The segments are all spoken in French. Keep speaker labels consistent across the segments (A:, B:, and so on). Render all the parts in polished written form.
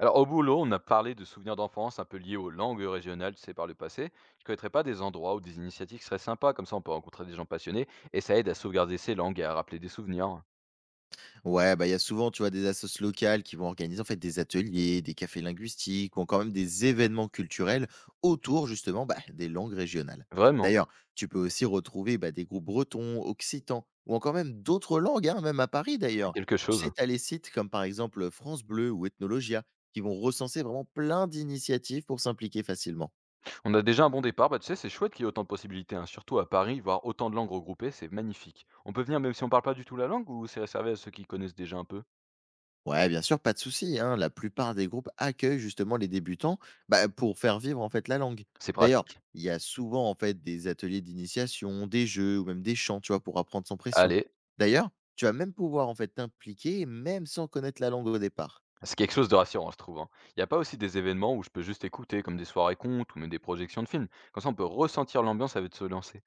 A: Alors, au boulot, on a parlé de souvenirs d'enfance un peu liés aux langues régionales, tu sais, par le passé. Tu connaîtrais pas des endroits ou des initiatives qui seraient sympas, comme ça on peut rencontrer des gens passionnés et ça aide à sauvegarder ses langues et à rappeler des souvenirs.
B: Ouais, bah, il y a souvent, tu vois, des assos locales qui vont organiser en fait des ateliers, des cafés linguistiques ou encore même des événements culturels autour justement des langues régionales.
A: Vraiment,
B: D'ailleurs, tu peux aussi retrouver des groupes bretons, occitans ou encore même d'autres langues, hein, même à Paris
A: c'est
B: d'ailleurs.
A: quelque
B: Tu
A: chose.
B: sais, tu as les sites comme par exemple France Bleu ou Ethnologia qui vont recenser vraiment plein d'initiatives pour s'impliquer facilement.
A: On a déjà un bon départ, bah tu sais, c'est chouette qu'il y ait autant de possibilités, hein, surtout à Paris, voir autant de langues regroupées, c'est magnifique. On peut venir même si on parle pas du tout la langue ou c'est réservé à ceux qui connaissent déjà un peu.
B: Ouais, bien sûr, pas de souci, hein. La plupart des groupes accueillent justement les débutants, pour faire vivre en fait la langue.
A: C'est
B: D'ailleurs,
A: pratique.
B: il y a souvent en fait des ateliers d'initiation, des jeux ou même des chants, tu vois, pour apprendre sans pression.
A: Allez.
B: D'ailleurs, tu vas même pouvoir en fait t'impliquer même sans connaître la langue au départ.
A: C'est quelque chose de rassurant, je trouve, hein. Il n'y a pas aussi des événements où je peux juste écouter, comme des soirées contes ou même des projections de films? Comme ça, on peut ressentir l'ambiance avec de se lancer.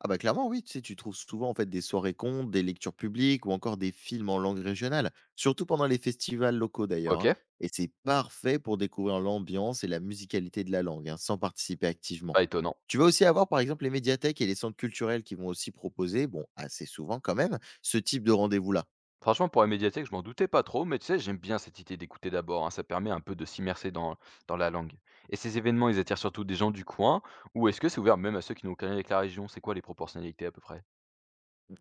B: Ah bah clairement oui, tu sais, tu trouves souvent en fait des soirées contes, des lectures publiques ou encore des films en langue régionale, surtout pendant les festivals locaux d'ailleurs, hein.
A: OK,
B: Et c'est parfait pour découvrir l'ambiance et la musicalité de la langue, hein, sans participer activement.
A: pas étonnant.
B: Tu vas aussi avoir par exemple les médiathèques et les centres culturels qui vont aussi proposer, bon assez souvent quand même, ce type de rendez-vous-là.
A: Franchement, pour la médiathèque, je m'en doutais pas trop, mais tu sais, j'aime bien cette idée d'écouter d'abord, hein, ça permet un peu de s'immerser dans, dans la langue. Et ces événements, ils attirent surtout des gens du coin, ou est-ce que c'est ouvert même à ceux qui n'ont aucun lien avec la région? C'est quoi les proportionnalités à peu près?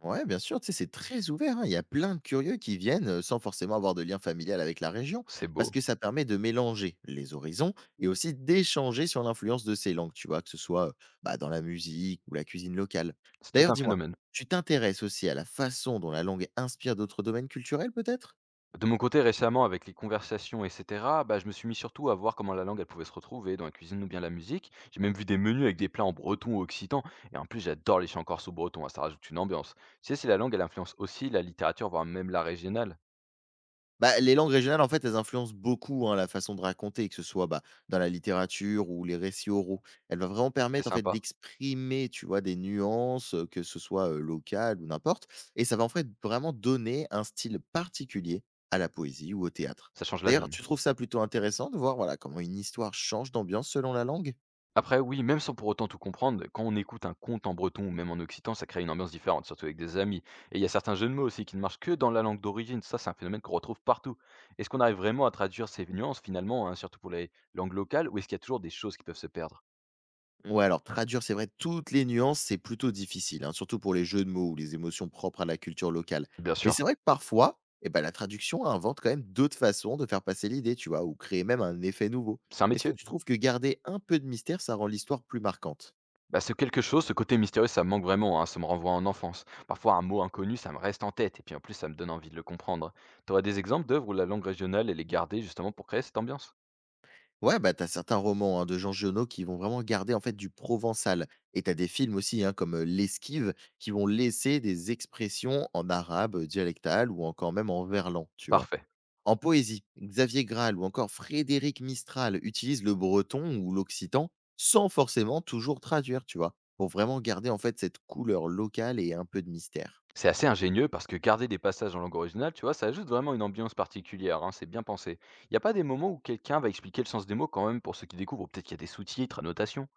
B: Ouais, bien sûr, tu sais, c'est très ouvert, hein. Il y a plein de curieux qui viennent sans forcément avoir de lien familial avec la région,
A: C'est
B: parce
A: beau,
B: que ça permet de mélanger les horizons et aussi d'échanger sur l'influence de ces langues, tu vois, que ce soit dans la musique ou la cuisine locale.
A: c'est tout
B: D'ailleurs,
A: un
B: dis-moi,
A: phénomène.
B: tu t'intéresses aussi à la façon dont la langue inspire d'autres domaines culturels, peut-être?
A: De mon côté, récemment, avec les conversations, etc., bah, je me suis mis surtout à voir comment la langue, elle pouvait se retrouver dans la cuisine ou bien la musique. J'ai même vu des menus avec des plats en breton ou occitan, et en plus, j'adore les chants corse ou breton, hein, ça rajoute une ambiance. Tu sais, si la langue, elle influence aussi la littérature, voire même la régionale,
B: Bah, les langues régionales, en fait, elles influencent beaucoup, hein, la façon de raconter, que ce soit, dans la littérature ou les récits oraux. Elles vont vraiment
A: c'est
B: permettre, en fait,
A: sympa.
B: d'exprimer, tu vois, des nuances, que ce soit, locales ou n'importe, et ça va, en fait, vraiment donner un style particulier à la poésie ou au théâtre.
A: Ça change la
B: D'ailleurs,
A: donne.
B: tu trouves ça plutôt intéressant de voir, voilà, comment une histoire change d'ambiance selon la langue?
A: Après oui, même sans pour autant tout comprendre, quand on écoute un conte en breton ou même en occitan, ça crée une ambiance différente, surtout avec des amis. Et il y a certains jeux de mots aussi qui ne marchent que dans la langue d'origine. Ça, c'est un phénomène qu'on retrouve partout. Est-ce qu'on arrive vraiment à traduire ces nuances finalement, hein, surtout pour les langues locales, ou est-ce qu'il y a toujours des choses qui peuvent se perdre?
B: Ouais, alors traduire, c'est vrai, toutes les nuances, c'est plutôt difficile, hein, surtout pour les jeux de mots ou les émotions propres à la culture locale.
A: Bien
B: Mais
A: sûr,
B: c'est vrai que parfois, eh ben, la traduction invente quand même d'autres façons de faire passer l'idée, tu vois, ou créer même un effet nouveau.
A: c'est un
B: Est-ce que
A: métier.
B: tu trouves que garder un peu de mystère, ça rend l'histoire plus marquante?
A: Bah, ce quelque chose, ce côté mystérieux, ça me manque vraiment, hein, ça me renvoie en enfance. Parfois, un mot inconnu, ça me reste en tête, et puis en plus, ça me donne envie de le comprendre. T'aurais des exemples d'œuvres où la langue régionale, elle est gardée justement pour créer cette ambiance?
B: Ouais, bah t'as certains romans hein, de Jean Giono qui vont vraiment garder en fait du provençal. Et t'as des films aussi, hein, comme L'Esquive, qui vont laisser des expressions en arabe dialectal ou encore même en verlan, tu vois.
A: Parfait.
B: En poésie, Xavier Graal ou encore Frédéric Mistral utilisent le breton ou l'occitan sans forcément toujours traduire, tu vois, pour vraiment garder en fait cette couleur locale et un peu de mystère.
A: C'est assez ingénieux parce que garder des passages en langue originale, tu vois, ça ajoute vraiment une ambiance particulière, hein, c'est bien pensé. Il n'y a pas des moments où quelqu'un va expliquer le sens des mots quand même pour ceux qui découvrent, ou peut-être qu'il y a des sous-titres, annotations?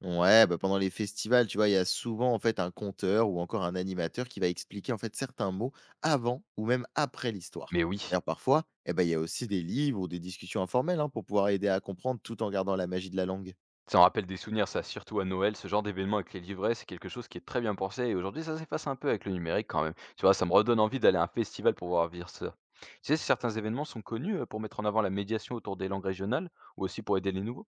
B: Ouais, bah pendant les festivals, tu vois, il y a souvent en fait un conteur ou encore un animateur qui va expliquer en fait certains mots avant ou même après l'histoire.
A: Mais oui,
B: D'ailleurs, parfois, eh ben, il y a aussi des livres ou des discussions informelles hein, pour pouvoir aider à comprendre tout en gardant la magie de la langue.
A: ça en rappelle des souvenirs, ça, surtout à Noël, ce genre d'événement avec les livrets, c'est quelque chose qui est très bien pensé et aujourd'hui ça s'efface un peu avec le numérique quand même. Tu vois, ça me redonne envie d'aller à un festival pour voir vivre ça. Tu sais, si certains événements sont connus pour mettre en avant la médiation autour des langues régionales ou aussi pour aider les nouveaux.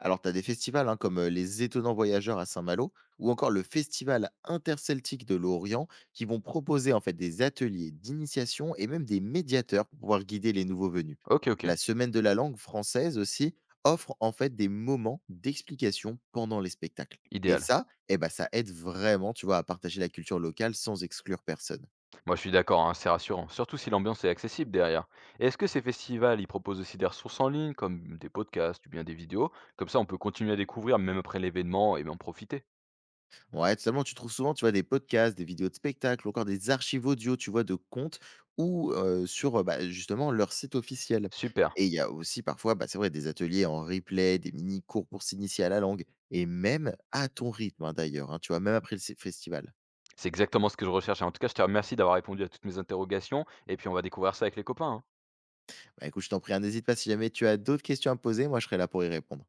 B: Alors, tu as des festivals hein, comme les Étonnants Voyageurs à Saint-Malo ou encore le Festival interceltique de l'Orient qui vont proposer en fait des ateliers d'initiation et même des médiateurs pour pouvoir guider les nouveaux venus.
A: OK, OK,
B: La Semaine de la langue française aussi offre en fait des moments d'explication pendant les spectacles. Et
A: idéal.
B: ça, eh ben, ça aide vraiment, tu vois, à partager la culture locale sans exclure personne.
A: Moi, je suis d'accord, hein, c'est rassurant, surtout si l'ambiance est accessible derrière. Et est-ce que ces festivals, ils proposent aussi des ressources en ligne, comme des podcasts ou bien des vidéos? Comme ça, on peut continuer à découvrir même après l'événement et en profiter.
B: Ouais, totalement. Tu trouves souvent, tu vois, des podcasts, des vidéos de spectacles, ou encore des archives audio, tu vois, de comptes ou sur justement leur site officiel.
A: Super,
B: Et il y a aussi parfois, bah, c'est vrai, des ateliers en replay, des mini cours pour s'initier à la langue, et même à ton rythme hein, d'ailleurs, hein, tu vois, même après festival.
A: c'est exactement ce que je recherche. En tout cas, je te remercie d'avoir répondu à toutes mes interrogations et puis on va découvrir ça avec les copains, hein.
B: Bah, écoute, je t'en prie, hein, n'hésite pas si jamais tu as d'autres questions à me poser, moi je serai là pour y répondre.